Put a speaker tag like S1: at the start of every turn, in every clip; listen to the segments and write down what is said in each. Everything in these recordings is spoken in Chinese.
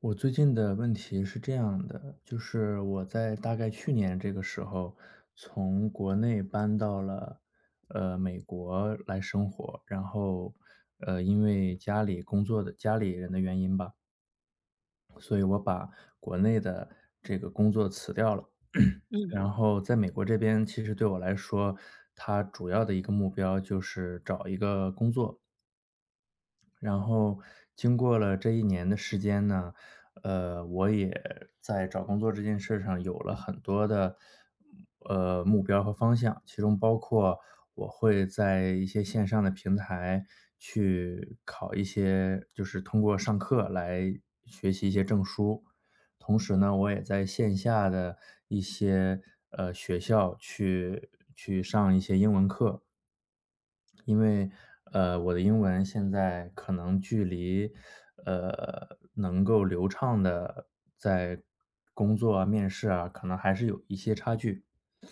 S1: 我最近的问题是这样的，就是我在大概去年这个时候，从国内搬到了美国来生活，然后因为家里工作的家里人的原因吧，所以我把国内的这个工作辞掉了。
S2: 嗯
S1: 然后在美国这边，其实对我来说，它主要的一个目标就是找一个工作，然后经过了这一年的时间呢，我也在找工作这件事上有了很多的目标和方向，其中包括我会在一些线上的平台去考一些，就是通过上课来学习一些证书。同时呢，我也在线下的一些学校去上一些英文课，因为，我的英文现在可能距离，能够流畅的在工作啊、面试啊，可能还是有一些差距。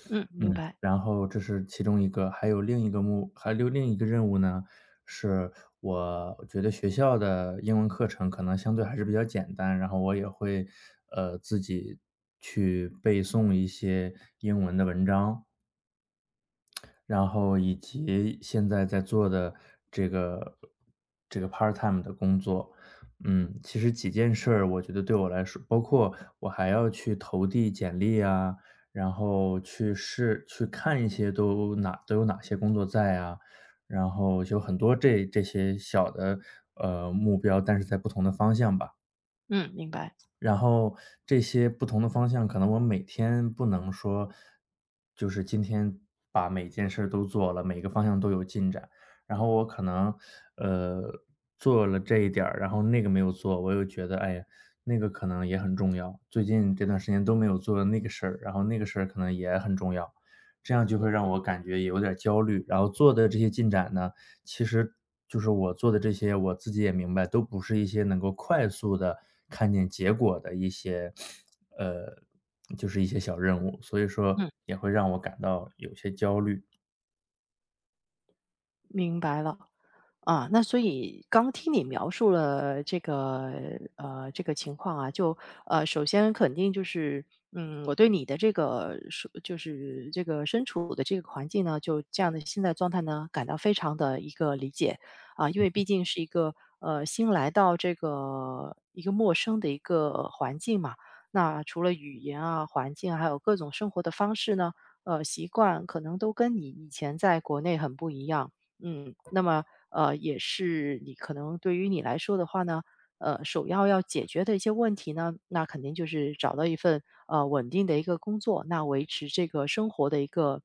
S2: 嗯，明白，
S1: 然后这是其中一个，还有另一个任务呢，是我觉得学校的英文课程可能相对还是比较简单，然后我也会，自己去背诵一些英文的文章。然后以及现在在做的这个这个 part time 的工作。嗯，其实几件事儿我觉得对我来说包括我还要去投递简历啊，然后去试去看一些都哪都有哪些工作在啊，然后有很多这些小的，目标，但是在不同的方向吧。
S2: 嗯，明白，
S1: 然后这些不同的方向，可能我每天不能说，就是今天把每件事儿都做了，每个方向都有进展。然后我可能，呃，做了这一点儿，然后那个没有做，我又觉得，哎呀，那个可能也很重要。最近这段时间都没有做那个事儿，然后那个事儿可能也很重要，这样就会让我感觉有点儿焦虑。然后做的这些进展呢，其实就是我做的这些，我自己也明白，都不是一些能够快速的看见结果的一些呃，就是一些小任务，所以说
S2: 嗯，
S1: 也会让我感到有些焦虑，
S2: 明白了。那所以刚听你描述了这个这个情况啊，首先肯定就是，我对你的这个说就是这个身处的这个环境呢，就这样的现在状态呢，感到非常的一个理解啊，因为毕竟是一个新来到这个一个陌生的一个环境嘛，那除了语言啊、环境啊还有各种生活的方式呢，习惯可能都跟你以前在国内很不一样。嗯，那么也是你可能对于你来说的话呢，首要要解决的一些问题呢，那肯定就是找到一份稳定的一个工作，那维持这个生活的一个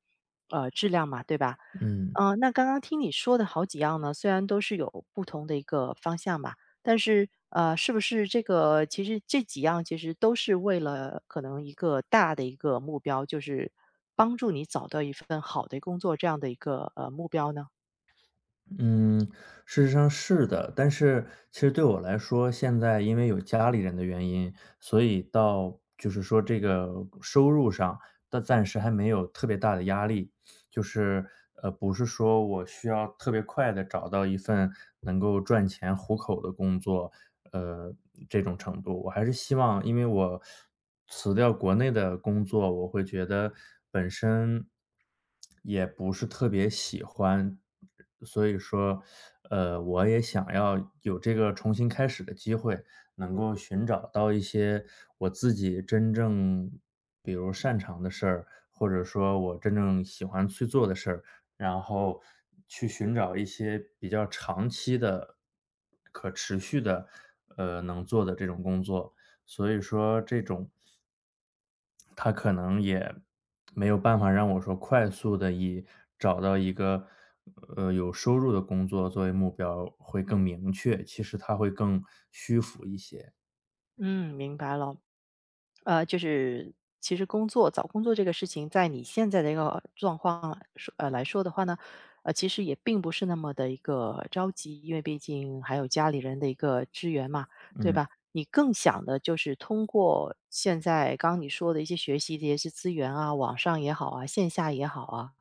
S2: 质量嘛，对吧？
S1: 嗯。
S2: 那刚刚听你说的好几样呢，虽然都是有不同的一个方向嘛，但是是不是这个其实这几样其实都是为了可能一个大的一个目标，就是帮助你找到一份好的工作这样的一个目标呢？
S1: 嗯，事实上是的，但是其实对我来说，现在因为有家里人的原因，所以到就是说这个收入上，但暂时还没有特别大的压力，就是不是说我需要特别快的找到一份能够赚钱糊口的工作，呃，这种程度，我还是希望，因为我辞掉国内的工作，我会觉得本身也不是特别喜欢。所以说，我也想要有这个重新开始的机会，能够寻找到一些我自己真正比如擅长的事儿，或者说我真正喜欢去做的事儿，然后去寻找一些比较长期的、可持续的，能做的这种工作。所以说这种他可能也没有办法让我说快速的以找到一个，有收入的工作作为目标会更明确，其实他会更虚浮一些。
S2: 嗯，明白了。就是其实工作找工作这个事情，在你现在的一个状况来说的话呢，其实也并不是那么的一个着急，因为毕竟还有家里人的一个支援嘛，对吧？你更想的就是通过现在刚刚你说的一些学习的一些资源啊，网上也好啊，线下也好啊，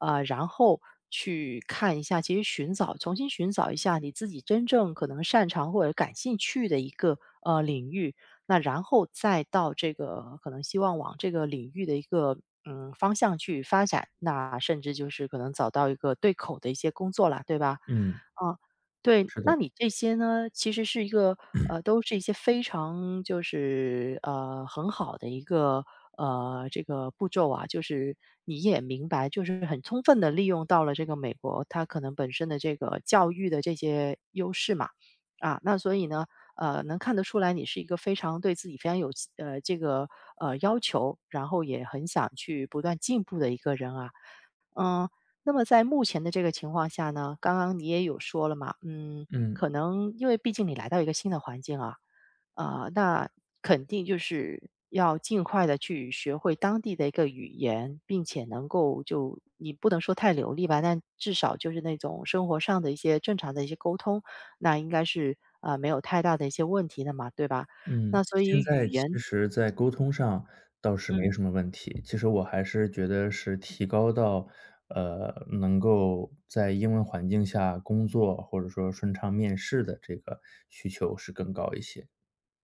S2: 然后去看一下，其实寻找，重新寻找一下你自己真正可能擅长或者感兴趣的一个领域，那然后再到这个可能希望往这个领域的一个方向去发展，那甚至就是可能找到一个对口的一些工作啦，对吧？
S1: 嗯，
S2: 啊，对，
S1: 是的，
S2: 那你这些呢，其实是一个都是一些非常就是很好的一个这个步骤啊。就是你也明白，就是很充分的利用到了这个美国，它可能本身的这个教育的这些优势嘛。啊，那所以呢，能看得出来你是一个非常对自己非常有呃，这个要求，然后也很想去不断进步的一个人啊。嗯，那么在目前的这个情况下呢，刚刚你也有说了嘛，嗯，
S1: 嗯，
S2: 可能因为毕竟你来到一个新的环境啊，啊，那肯定就是要尽快的去学会当地的一个语言，并且能够就你不能说太流利吧，但至少就是那种生活上的一些正常的一些沟通，那应该是啊、没有太大的一些问题的嘛，对吧？
S1: 嗯，
S2: 那所以
S1: 现
S2: 语
S1: 在
S2: 言，
S1: 其实在沟通上倒是没
S2: 嗯。
S1: 什么问题，其实我还是觉得是提高到，能够在英文环境下工作，或者说顺畅面试的这个需求是更高一些。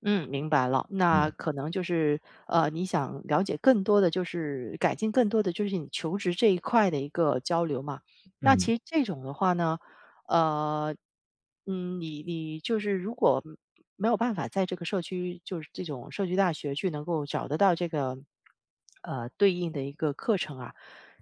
S2: 嗯，明白了。那
S1: 嗯，
S2: 可能就是，你想了解更多的就是改进更多的就是你求职这一块的一个交流嘛。那
S1: 嗯，
S2: 其实这种的话呢，呃，你就是如果没有办法在这个社区，就是这种社区大学去能够找得到这个，对应的一个课程啊，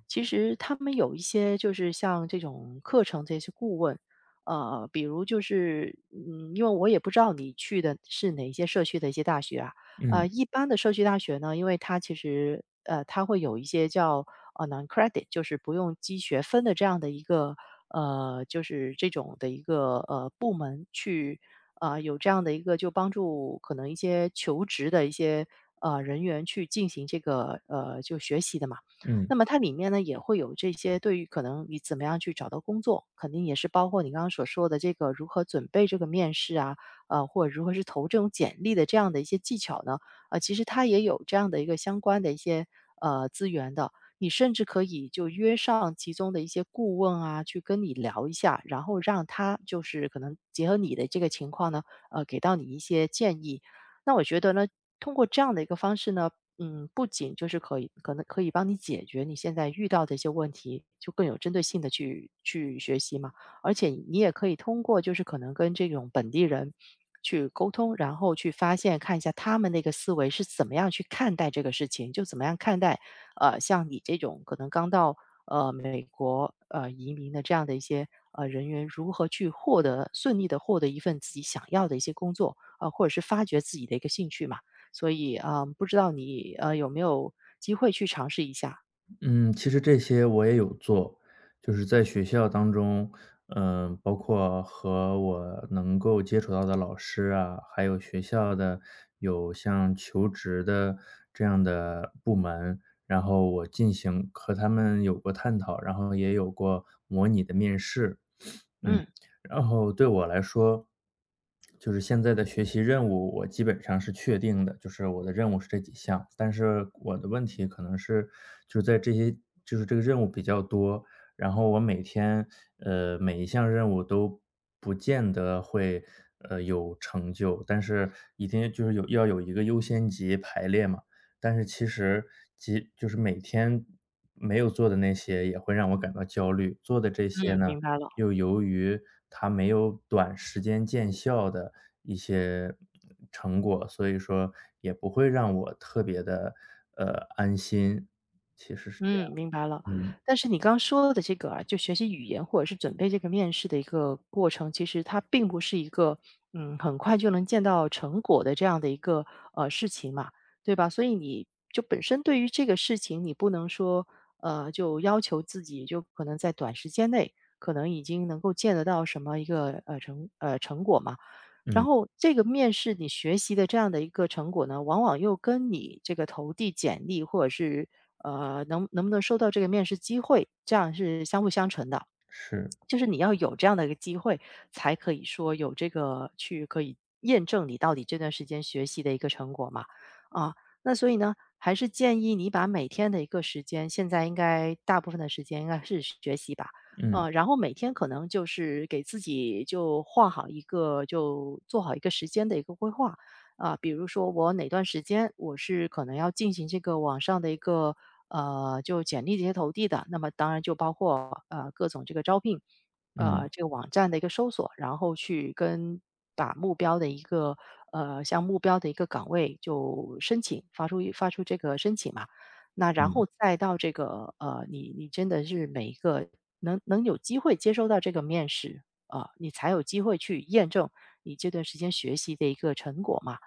S2: 其实他们有一些就是像这种课程这些顾问。比如就是，嗯，因为我也不知道你去的是哪一些社区的一些大学啊，
S1: 嗯，
S2: 一般的社区大学呢，因为它其实，它会有一些叫non credit，就是不用积学分的这样的一个，就是这种的一个部门去，有这样的一个就帮助可能一些求职的一些人员去进行这个就学习的嘛。
S1: 嗯。
S2: 那么它里面呢也会有这些对于可能你怎么样去找到工作，肯定也是包括你刚刚所说的这个如何准备这个面试啊，或者如何是投这种简历的这样的一些技巧呢，其实它也有这样的一个相关的一些资源的。你甚至可以就约上其中的一些顾问啊，去跟你聊一下，然后让他就是可能结合你的这个情况呢，给到你一些建议。那我觉得呢，通过这样的一个方式呢，嗯，不仅就是可以可能可以帮你解决你现在遇到的一些问题，就更有针对性的去学习嘛，而且你也可以通过就是可能跟这种本地人去沟通，然后去发现看一下他们那个思维是怎么样去看待这个事情，就怎么样看待像你这种可能刚到美国移民的这样的一些人员如何去获得顺利的获得一份自己想要的一些工作，或者是发掘自己的一个兴趣嘛。所以啊，不知道你有没有机会去尝试一下？
S1: 嗯，其实这些我也有做，就是在学校当中，嗯，包括和我能够接触到的老师啊，还有学校的有像求职的这样的部门，然后我进行和他们有过探讨，然后也有过模拟的面试。嗯，
S2: 嗯
S1: 然后对我来说，就是现在的学习任务，我基本上是确定的，就是我的任务是这几项，但是我的问题可能是就是在这些就是这个任务比较多，然后我每天每一项任务都不见得会有成就，但是一定就是有要有一个优先级排列嘛，但是其实即就是每天没有做的那些也会让我感到焦虑，做的这些
S2: 嗯，
S1: 呢。
S2: 明白了，
S1: 又由于它没有短时间见效的一些成果，所以说也不会让我特别的安心，其实是这样，
S2: 嗯，明白了。
S1: 嗯，
S2: 但是你刚说的这个啊，就学习语言或者是准备这个面试的一个过程，其实它并不是一个很快就能见到成果的这样的一个事情嘛，对吧？所以你就本身对于这个事情，你不能说就要求自己就可能在短时间内可能已经能够见得到什么一个成果嘛。然
S1: 嗯，
S2: 后这个面试你学习的这样的一个成果呢，往往又跟你这个投递简历或者是能不能收到这个面试机会，这样是相辅相成的。
S1: 是，
S2: 就是你要有这样的一个机会，才可以说有这个去可以验证你到底这段时间学习的一个成果嘛。啊，那所以呢，还是建议你把每天的一个时间，现在应该大部分的时间应该是学习吧。
S1: 嗯，
S2: 然后每天可能就是给自己就画好一个，就做好一个时间的一个规划啊、比如说我哪段时间我是可能要进行这个网上的一个就简历这些投递的，那么当然就包括各种这个招聘，
S1: 嗯，
S2: 这个网站的一个搜索，然后去跟把目标的一个向目标的一个岗位就申请发出这个申请嘛，那然
S1: 嗯，
S2: 后再到这个你真的是每一个能有机会接收到这个面试啊、你才有机会去验证你这段时间学习的一个成果嘛。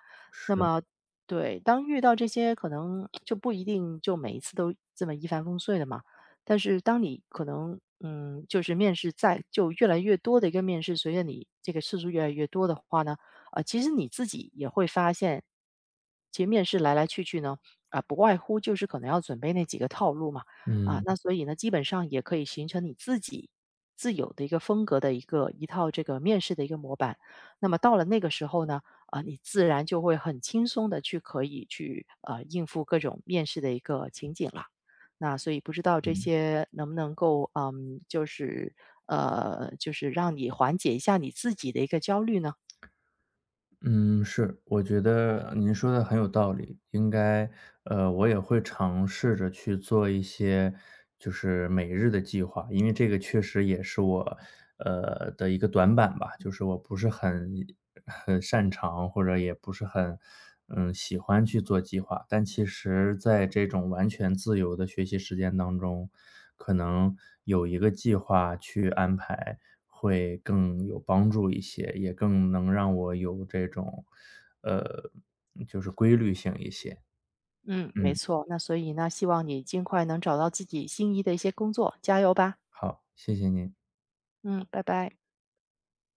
S2: 那
S1: 是，
S2: 么对，当遇到这些可能就不一定就每一次都这么一帆风顺的嘛。但是当你可能嗯，就是面试在就越来越多的一个面试，随着你这个次数越来越多的话呢，啊，其实你自己也会发现，其实面试来来去去呢，啊、不外乎就是可能要准备那几个套路嘛，啊，
S1: 嗯。
S2: 那所以呢，基本上也可以形成你自己自有的一个风格的一个一套这个面试的一个模板。那么到了那个时候呢，啊，你自然就会很轻松的去可以去，应付各种面试的一个情景了。那所以不知道这
S1: 嗯
S2: 些能不能够，嗯，就是就是让你缓解一下你自己的一个焦虑呢？
S1: 嗯，是，我觉得您说的很有道理，应该，我也会尝试着去做一些，就是每日的计划，因为这个确实也是我，的一个短板吧，就是我不是很擅长，或者也不是很，嗯，喜欢去做计划，但其实在这种完全自由的学习时间当中，可能有一个计划去安排。会更有帮助一些，也更能让我有这种，呃，就是规律性一些。
S2: 嗯，没
S1: 嗯，
S2: 错，那所以呢，希望你尽快能找到自己心仪的一些工作，加油吧。
S1: 好，谢谢您。
S2: 嗯，拜拜。